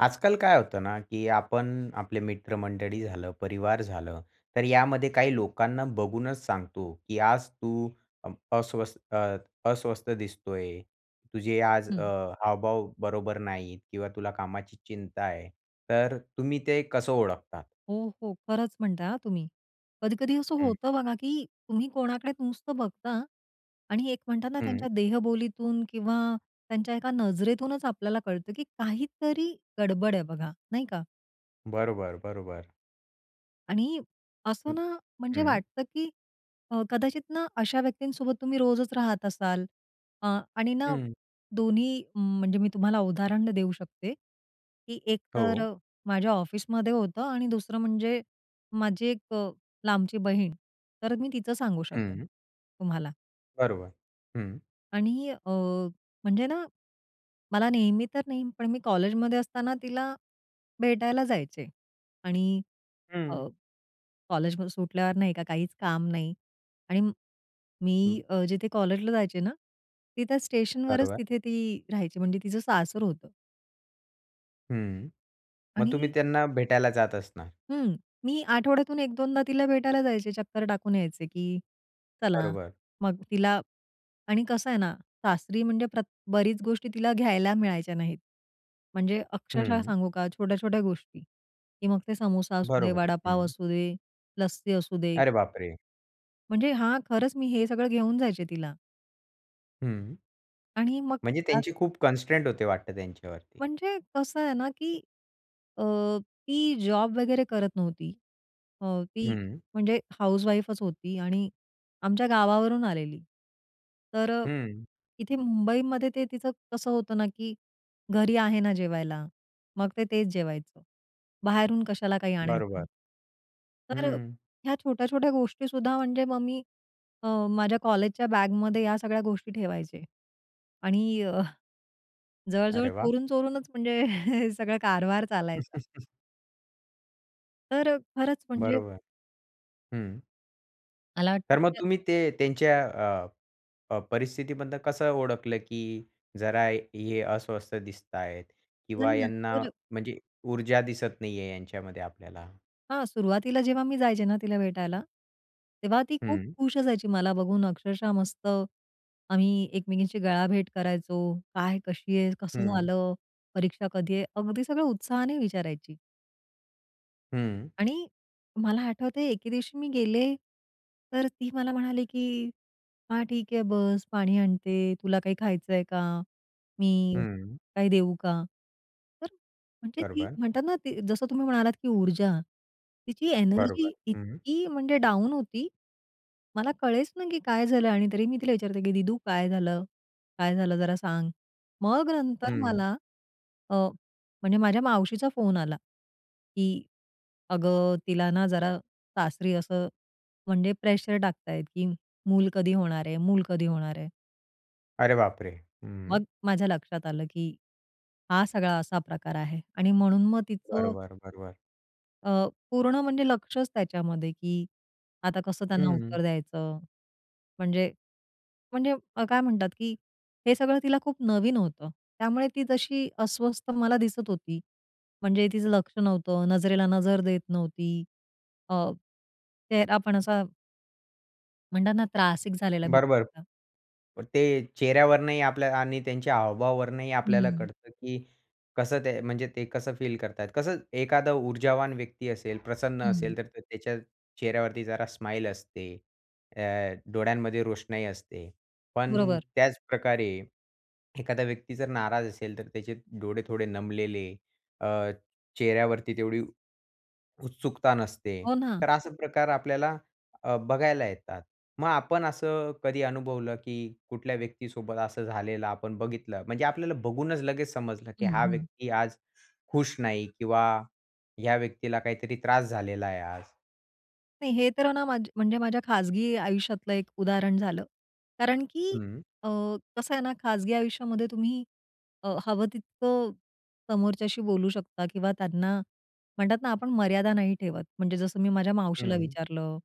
आजकाल काय होतं ना, की आपण आपले मित्रमंडळी झालं, परिवार झालं, तर यामध्ये काही लोकांना बघूनच सांगतो, की आज तू अ, अस्वस्थ अस्वस्थ दिसतोय. तुझे आज हं. हावभाव बरोबर नाहीत किंवा तुला कामाची चिंता आहे. तर तुम्ही ते कसं ओळखतात? हो, हो. खरंच म्हणताय तुम्ही. कधी-कधी असं हं, होतं बघा, की तुम्ही कोणाकडे नुसतं बघता आणि एक म्हणतात ना हं. त्यांच्या देहबोलीतून किंवा त्यांच्या एका नजरेतूनच आपल्याला कळतं, की काहीतरी गडबड आहे बघा, नाही का? बरोबर, बरोबर. आणि असं हं, ना म्हणजे हं, वाटतं, की कदाचित ना अशा व्यक्तींसोबत तुम्ही रोजच राहत असाल अ, आणि ना हं. दोन्ही म्हणजे मी तुम्हाला उदाहरण देऊ शकते, की एक हो. तर माझ्या ऑफिसमध्ये होतं आणि दुसरं म्हणजे माझी एक लांबची बहीण. तर मी तिचं सांगू शकेन हं. तुम्हाला. बरोबर. हं, आणि म्हणजे ना मला नेहमी तर नाही, पण मी कॉलेजमध्ये असताना तिला भेटायला जायचे आणि हं. कॉलेज सुटल्यावर नाही का काहीच काम नाही. आणि मी हं, जिथे कॉलेजला जायचे ना, ती त्या स्टेशनवरच बरोबर. तिथे ती राहायची म्हणजे तिचं सासर होतं. हं. मग आणि तुम्ही त्यांना भेटायला जात असणार. हं. मी आठवड्यातून 1-2दा तिला भेटायला जायचे, चक्कर टाकून यायचे, की चला. बरोबर. मग तिला आणि कसं आहे ना, सासरी म्हणजे बरीच गोष्टी तिला घ्यायला मिळायच्या नाहीत. म्हणजे अक्षरशः हं. सांगू का छोट्या-छोट्या गोष्टी, की मग ते समोसा असू दे, बरोबर. वडापाव हं. असू दे, लस्सी असू दे. अरे बापरे! म्हणजे हां, खरंच मी हे सगळं घेऊन जायचे तिला. हं. आणि मग म्हणजे मला त्यांची खूप कन्स्ट्रेंट होते वाटतं त्यांच्यावरती. म्हणजे कसं आहे ना, की अ, ती जॉब वगैरे करत नव्हती. अ, ती हं, म्हणजे हाउसवाईफच होती आणि आमच्या गावावरून आलेली. तर हं. इथे मुंबईमध्ये ते तिचं कसं होतं ना, की घरी आहे ना जेवायला, मग ते तेच जेवायचं. बाहेरून कशाला काही आणायचं. बरोबर. तर हं. ह्या छोट्या-छोट्या गोष्टीसुद्धा म्हणजे मग मी माझ्या कॉलेजच्या बॅगमध्ये या सगळ्या गोष्टी ठेवायचे आणि जवळ-जवळ अरे वाह! चोरून-चोरूनच म्हणजे सगळा कारभार चालायचा. तर खरंच म्हणजे बरोबर. हं. मला वाटतं की तर मग त्या तुम्ही ते त्यांच्या परिस्थितीबद्दल कसं ओळखलं, की जरा हे अस्वस्थ दिसतायत नाही किंवा यांना नंतर म्हणजे ऊर्जा दिसत नाहीये यांच्यामध्ये आपल्याला? हां, सुरुवातीला जेव्हा मी जायचे ना तिला भेटायला, तेव्हा ती खूप हं, खुश असायची मला बघून अक्षरशः मस्त आम्ही एकमेकींची गळाभेट करायचो. काय, कशी आहेस? कसं हं, झालं? परीक्षा कधी आहे? अगदी सगळं उत्साहाने विचारायची. हं, आणि मला आठवतंय एके दिवशी मी गेले, तर ती मला म्हणाली, की "हां, ठीक आहे बस, पाणी आणते. तुला काही खायचं आहे का? मी हं. काही देऊ का?" तर म्हणजे ती बरोबर, म्हणतात ना, ते जसं तुम्ही म्हणालात, की ऊर्जा, तिची एनर्जी बरोबर. हं, इतकी म्हणजे डाऊन होती. मला कळेच ना, की काय झालं आणि तरी मी तिला विचारते, की "दीदू काय झालं? काय झालं जरा सांग?" मग नंतर हं. मला अ, म्हणजे माझ्या मावशीचा फोन आला, की "अगं, तिला ना जरा सासरी असं म्हणजे प्रेशर टाकतायत, की मूल कधी होणार आहे, मूल कधी होणार आहे." अरे बापरे! हं. मग माझ्या लक्षात आलं, की हा सगळा असा प्रकार आहे आणि म्हणून मग तिचं बरोबर, बरोबर. पूर्ण म्हणजे लक्षच त्याच्यामध्ये, की आता कसं त्यांना हं. उत्तर द्यायचं? म्हणजे म्हणजे काय म्हणतात, की हे सगळं तिला खूप नवीन होतं. त्यामुळे ती जशी अस्वस्थ मला दिसत होती. म्हणजे तिचं लक्ष नव्हतं, नजरेला नजर देत नव्हती. अ, चेहरा पण असा म्हणतात ना, त्रासिक झालेला बरोबर. बिचारीचा. पण ते चेहऱ्यावरूनही आपल्या आणि त्यांच्या हावभावावरूनही आपल्याला हं, कळतं, की कसं ते म्हणजे ते कसं फील करतात. कसं एखादा ऊर्जावान व्यक्ती असेल, प्रसन्न हं. असेल, तर त्याच्या चेहऱ्यावरती जरा स्माईल असते. अ, डोळ्यांमध्ये रोषणाई असते. पण बरोबर. त्याच प्रकारे एखादा व्यक्ती जर नाराज असेल, तर त्याचे डोळे थोडे नमलेले, अ, चेहऱ्यावरती तेवढी उत्सुकता नसते. हो ना. तर असे प्रकार आपल्याला बघायला येतात. मग आपण असं कधी अनुभवलं, की कुठल्या व्यक्तीसोबत असं झालेलं आपण बघितलं, म्हणजे आपल्याला बघूनच लगेच समजलं, की हं, हा हं. व्यक्ती आज खुश नाही किंवा ह्या व्यक्तीला काहीतरी त्रास झालेला आहे आज. नाही, हे तर ना माझ्या खाजगी आयुष्यातलं एक उदाहरण झालं. कारण की हं, अ, कसं आहे ना, खाजगी आयुष्यामध्ये तुम्ही हवं तितकं समोरच्याशी बोलू शकता किंवा त्यांना म्हणतात ना, आपण मर्यादा नाही ठेवत. म्हणजे जसं मी माझ्या मावशीला हं, विचारलं,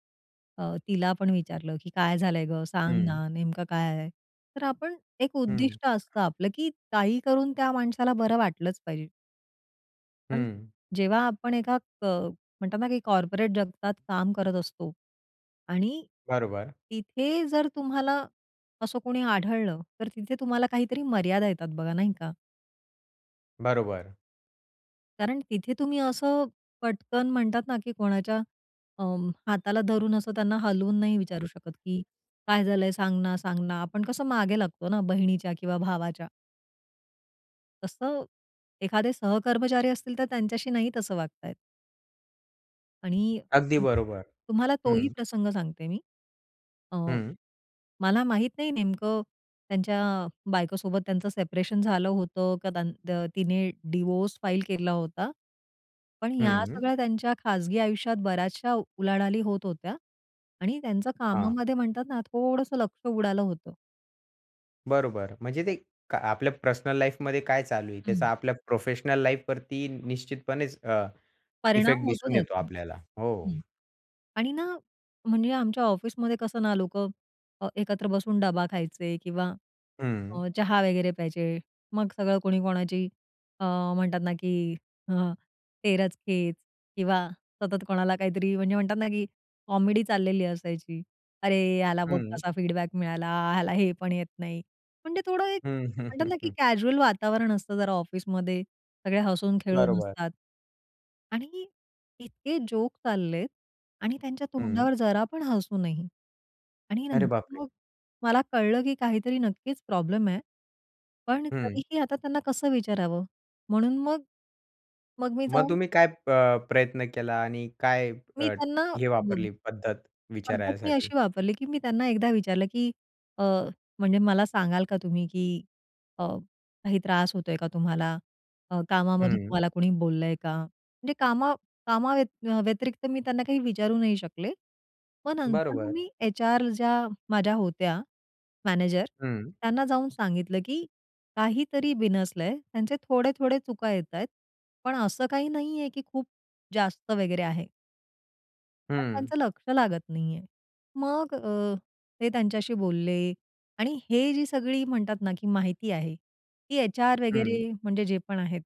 तिला पण विचारलं, की "काय झालंय गं? सांग हं, ना, नेमकं काय आहे?" तर आपण एक हं, उद्दिष्ट असतं आपलं, की काही करून त्या माणसाला बरं वाटलंच पाहिजे. पण हं. जेव्हा आपण एका म्हणतात ना, की कॉर्पोरेट जगतात काम करत असतो आणि बरोबर, तिथे जर तुम्हाला असं कोणी आढळलं, तर तिथे तुम्हाला काहीतरी मर्यादा येतात बघा, नाही का? बरोबर. कारण तिथे तुम्ही असं पटकन म्हणतात ना, की कोणाच्या हाताला धरून असं त्यांना हलवून नाही विचारू शकत, की "काय झालंय? सांग ना, सांग ना." आपण कसं मागे लागतो ना बहिणीच्या किंवा भावाच्या. तसं एखादे सहकर्मचारी असतील, तर त्यांच्याशी नाही तसं वागता आणि अगदी बरोबर. तुम्हाला हं, तोही प्रसंग सांगते मी. अ, हं, मला माहीत नाही नेमकं त्यांच्या बायकोसोबत त्यांचं सेपरेशन झालं होतं का तिने डिवोर्स फाईल केला होता. पण या हं. सगळ्या त्यांच्या खाजगी आयुष्यात बऱ्याचशा उलाढाली होत होत्या आणि त्यांचं हां, कामामध्ये म्हणतात ना, थोडंसं लक्ष उडालं होतं. बरोबर. म्हणजे ते का आपल्या पर्सनल लाईफमध्ये काय चालू आहे, हं. त्याचा आपल्या प्रोफेशनल लाईफवरती निश्चितपणेच इफेक्ट परिणाम होतो दिसून येतो त्याचा. आपल्याला. हो. हं. आणि ना, म्हणजे आमच्या ऑफिसमध्ये कसं ना लोकं एकत्र बसून डबा खायचे किंवा हं, चहा वगैरे प्यायचे. मग सगळं कोणी कोणाची अ, म्हणतात ना, की अ, तेरच-खेच किंवा सतत कोणाला काहीतरी म्हणजे म्हणतात ना, की कॉमेडी चाललेली असायची. "अरे, ह्याला बघ हं. असा फीडबॅक मिळाला, ह्याला हे पण येत नाही." म्हणजे थोडं एक हं, हं, म्हणतात हं, ना, की हं. कॅज्युअल वातावरण असतं जरा ऑफिसमध्ये. सगळे हसून हो. खेळून बरोबर. असतात. आणि इतके जोक चाललेत आणि त्यांच्या हं. तोंडावर जरा पण हसू नाही. आणि अरे नंतर बापरे! मग मला कळलं, की काहीतरी नक्कीच प्रॉब्लेम आहे. पण हं. तरीही आता त्यांना कसं विचारावं? म्हणून मग मग मी मग जाऊन तुम्ही काय प्रयत्न केला आणि काय मी त्यांना अ, हे वापरली पद्धत पद्धत मी विचारायसाठी? अशी वापरली, की मी त्यांना एकदा विचारलं, की अ, म्हणजे मला सांगाल का तुम्ही, की अ, काही त्रास होतोय का तुम्हाला? कामामध्ये हं. तुम्हाला कोणी बोललंय का? म्हणजे कामा कामाव्यत व्यतिरिक्त मी त्यांना काही विचारू नाही शकले. मग नंतर मग बरोबर. मी एचआर ज्या माझ्या होत्या मॅनेजर, हं, त्यांना जाऊन सांगितलं, की काहीतरी बिनसलंय. त्यांचे थोडे-थोडे चुका येतायत. पण असं काही नाहीये, की खूप जास्त वगैरे आहे. पण हं, त्यांचं लक्ष लागत नाहीये. मग ते त्यांच्याशी बोलले आणि हे जी सगळी म्हणतात ना, की माहिती आहे, ती एच-आर वगैरे हं. म्हणजे जे पण आहेत,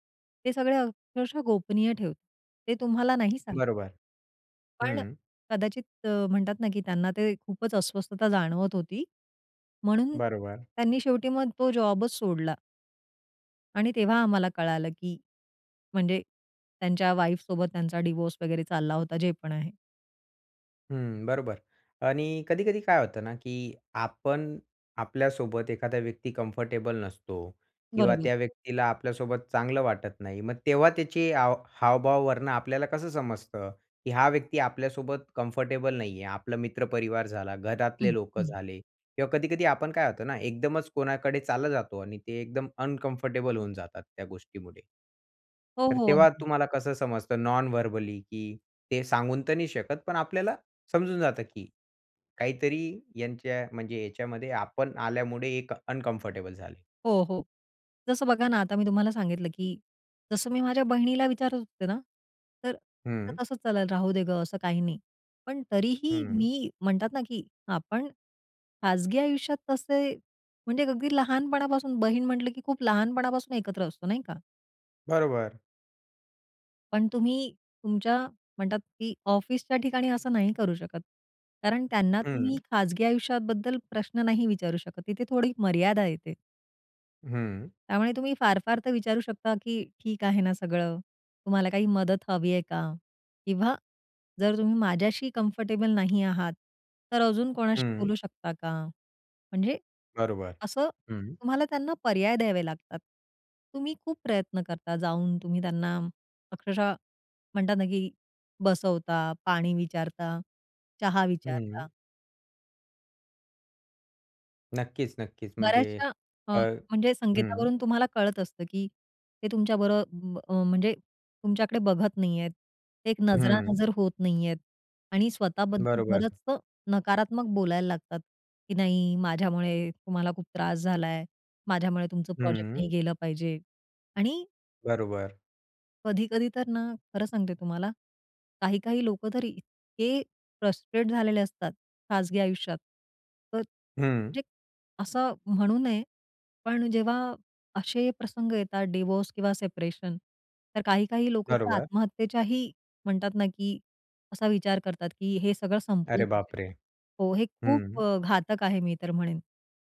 ते सगळे अक्षरशः गोपनीय ठेवतात. ते तुम्हाला नाही सांगत. बरोबर. पण हं. कदाचित म्हणतात ना, की त्यांना ते खूपच अस्वस्थता जाणवत होती. म्हणून बरोबर. त्यांनी शेवटी मग तो जॉबच सोडला आणि तेव्हा आम्हाला कळालं, की म्हणजे त्यांच्या वाईफसोबत त्यांचा डिव्होर्स वगैरे चालला होता, जे पण आहे. हं, बरोबर. आणि कधी-कधी काय होतं ना, की आपण आपल्यासोबत एखादा व्यक्ती कम्फर्टेबल नसतो किंवा बरोबर. त्या व्यक्तीला आपल्यासोबत चांगलं वाटत नाही. मग तेव्हा त्याची हाव हावभावावरून आपल्याला कसं समजतं, की हा व्यक्ती आपल्यासोबत कम्फर्टेबल नाहीये. आपला मित्रपरिवार झाला, हं, घरातले लोकं हं. झाले किंवा कधी-कधी आपण काय होतं ना, एकदमच कोणाकडे चाला जातो आणि ते एकदम अनकम्फर्टेबल होऊन जातात त्या गोष्टीमुळे. हो, तर हो. तेव्हा अगदी. तुम्हाला कसं समजतं नॉन व्हर्बली, की ते सांगून तर नाही शकत, पण आपल्याला समजून जातं की काहीतरी यांच्या म्हणजे याच्यामध्ये आपण आल्यामुळे एक अनकम्फर्टेबल झाले. हो, हो. जसं बघा ना, आता मी तुम्हाला सांगितलं, की जसं मी माझ्या बहिणीला विचारत होते ना, तर हं, तिचं तसंच चालेल, "राहू दे गं, असं काही नाही." पण तरीही हं. मी म्हणतात ना, की आपण खाजगी आयुष्यात तसे म्हणजे अगदी लहानपणापासून बहीण म्हटलं, की खूप लहानपणापासून एकत्र असतो, नाही का? बरोबर. पण तुम्ही तुमच्या म्हणतात, की ऑफिसच्या ठिकाणी असं नाही करू शकत. कारण त्यांना तुम्ही हं, खाजगी आयुष्याबद्दल प्रश्न नाही विचारू शकत. तिथे थोडी मर्यादा येते. हं, त्यामुळे तुम्ही फार-फार तर विचारू शकता, की "ठीक आहे ना सगळं? तुम्हाला काही मदत हवी आहे का?" किंवा जर तुम्ही माझ्याशी कम्फर्टेबल नाही आहात, तर अजून कोणाशी हं. बोलू शकता का? म्हणजे बरोबर. असं हं, तुम्हाला त्यांना पर्याय द्यावे लागतात. तुम्ही खूप प्रयत्न करता जाऊन तुम्ही त्यांना अक्षरशः म्हणतात ना, की बसवता, पाणी विचारता, चहा विचारता. हं. नक्कीच, नक्कीच. म्हणजे बऱ्याचशा अ, अ, म्हणजे हं, संगीतावरून तुम्हाला कळत असतं, की ते तुमच्या म्हणजे तुमच्याकडे बघत नाहीयेत. ते एक हं. नजरानजर होत नाहीयेत आणि स्वतःबद्दल बरोबर. बरंचसं नकारात्मक बोलायला लागतात, की नाही माझ्यामुळे तुम्हाला खूप त्रास झालाय, माझ्यामुळे तुमचं प्रोजेक्ट हं, नाही गेलं पाहिजे. आणि बरोबर. कधी-कधी तर ना, खरं सांगते तुम्हाला, काही-काही लोकं तर इतके फ्रस्ट्रेट झालेले असतात खाजगी आयुष्यात. तर हं, म्हणजे असं म्हणू नये पण जेव्हा असे प्रसंग येतात डिव्होर्स किंवा सेपरेशन, तर काही-काही लोक तर बरोबर. आत्महत्येच्याही म्हणतात ना, की असा विचार करतात, की हे सगळं संपलं अरे पाहिजे. बापरे! हो, हे हं. खूप घातक आहे मी तर म्हणेन.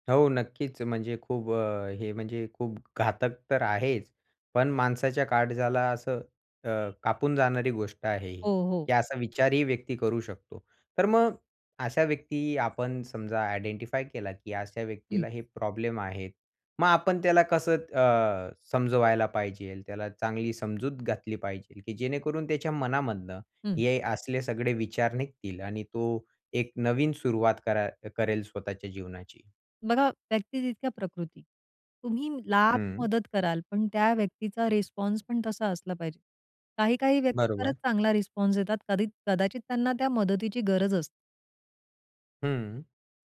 हो, नक्कीच. म्हणजे खूप हे म्हणजे खूप घातक तर आहेच. पण माणसाच्या काळजाला असं अ, कापून जाणारी गोष्ट आहे ही, हो, हो. की असा विचारही व्यक्ती करू शकतो. तर मग अशा व्यक्ती आपण समजा आयडेंटिफाय केला, की अशा हं, व्यक्तीला हे प्रॉब्लेम आहेत. मग आपण त्याला कसं समजवायला पाहिजेल, त्याला चांगली समजूत घातली पाहिजेल, की जेणेकरून त्याच्या मनामधनं हं. हे असले सगळे विचार निघतील आणि तो एक नवीन सुरुवात करा करेल स्वतःच्या जीवनाची? बघा, व्यक्ती तितक्या प्रकृती. तुम्ही लाख हं, मदत कराल, पण त्या व्यक्तीचा रिस्पॉन्स पण तसा असला पाहिजे. काही-काही व्यक्ती खरंच बरोबर. चांगला रिस्पॉन्स देतात. कधी कदाचित त्यांना त्या मदतीची गरज असते. हं,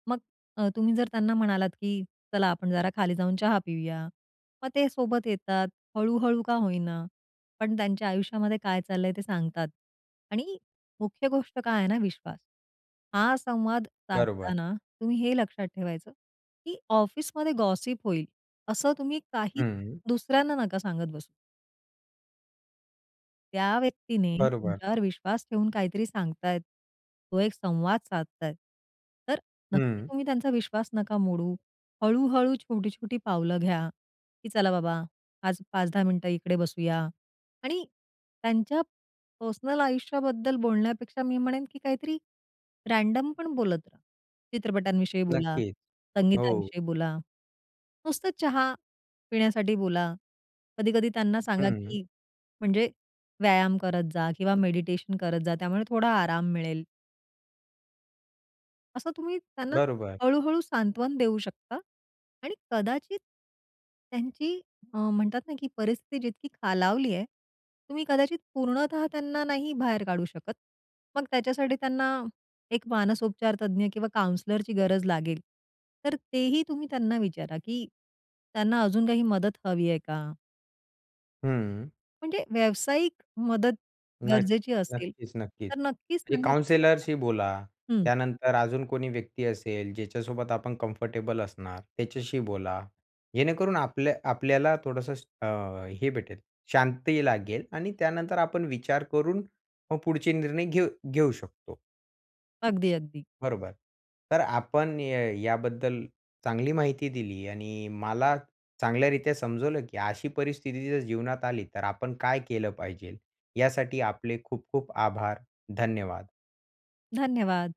मग तुम्ही जर त्यांना म्हणालात, की "चला आपण जरा खाली जाऊन चहा पिऊया." मग ते सोबत येतात. हळू-हळू का होईना, पण त्यांच्या आयुष्यामध्ये काय चाललंय ते सांगतात. आणि मुख्य गोष्ट काय आहे ना विश्वास. हा संवाद बरोबर. साधताना तुम्ही हे लक्षात ठेवायचं, की ऑफिसमध्ये गॉसिप होईल असं तुम्ही काहीच हं, दुसऱ्यांना नका सांगत बसू. त्या व्यक्तीने बरोबर. तुमच्यावर विश्वास ठेवून काहीतरी सांगतायत. तो एक संवाद साधतायत. तर नक्की हं, तुम्ही त्यांचा विश्वास नका मोडू. हळू-हळू छोटी-छोटी पावलं घ्या, की चला बाबा आज 5-10 मिनिटं इकडे बसूया आणि त्यांच्या पर्सनल आयुष्याबद्दल बोलण्यापेक्षा मी म्हणेन, की काहीतरी रँडम पण बोलत राहा. चित्रपटांविषयी बोला, नक्कीच. हो. संगीताविषयी बोला. नुसतं चहा पिण्यासाठी बोला. कधी-कधी त्यांना सांगा, हं, की म्हणजे व्यायाम करत जा किंवा मेडिटेशन करत जा, त्यामुळे थोडा आराम मिळेल. असं तुम्ही त्यांना बरोबर. हळू-हळू सांत्वन देऊ शकता आणि कदाचित त्यांची म्हणतात ना, की परिस्थिती जितकी खालावली आहे, तुम्ही कदाचित पूर्णतः त्यांना नाही बाहेर काढू शकत. मग त्याच्यासाठी त्यांना एक मानसोपचार तज्ञ किंवा काउंसलरची गरज लागेल. तर तेही तुम्ही त्यांना विचारा, की त्यांना अजून काही मदत हवी आहे का? हं, म्हणजे व्यावसायिक मदत नक्क गरजेची असेल, नक्कीच, नक्कीच. तर नक्कीच म्हणजे त्यांना सुचवा. काउन्सिलरशी बोला. हं. त्यानंतर अजून कोणी व्यक्ती असेल, ज्याच्यासोबत आपण कम्फर्टेबल असणार, त्याच्याशी बोला. जेणेकरून आपल्याला थोडंसं अ, हे भेटेल, शांती लागेल आणि त्यानंतर आपण विचार करून मग पुढचे निर्णय घेऊ घेऊ शकतो. अगदी, अगदी. बरोबर. तर आपण याबद्दल चांगली माहिती दिली आणि मला चांगल्यारीत्या समजवलं, की अशी परिस्थिती जर जीवनात आली, तर आपण काय केलं पाहिजे? यासाठी आपले खूप खूप आभार. धन्यवाद. धन्यवाद.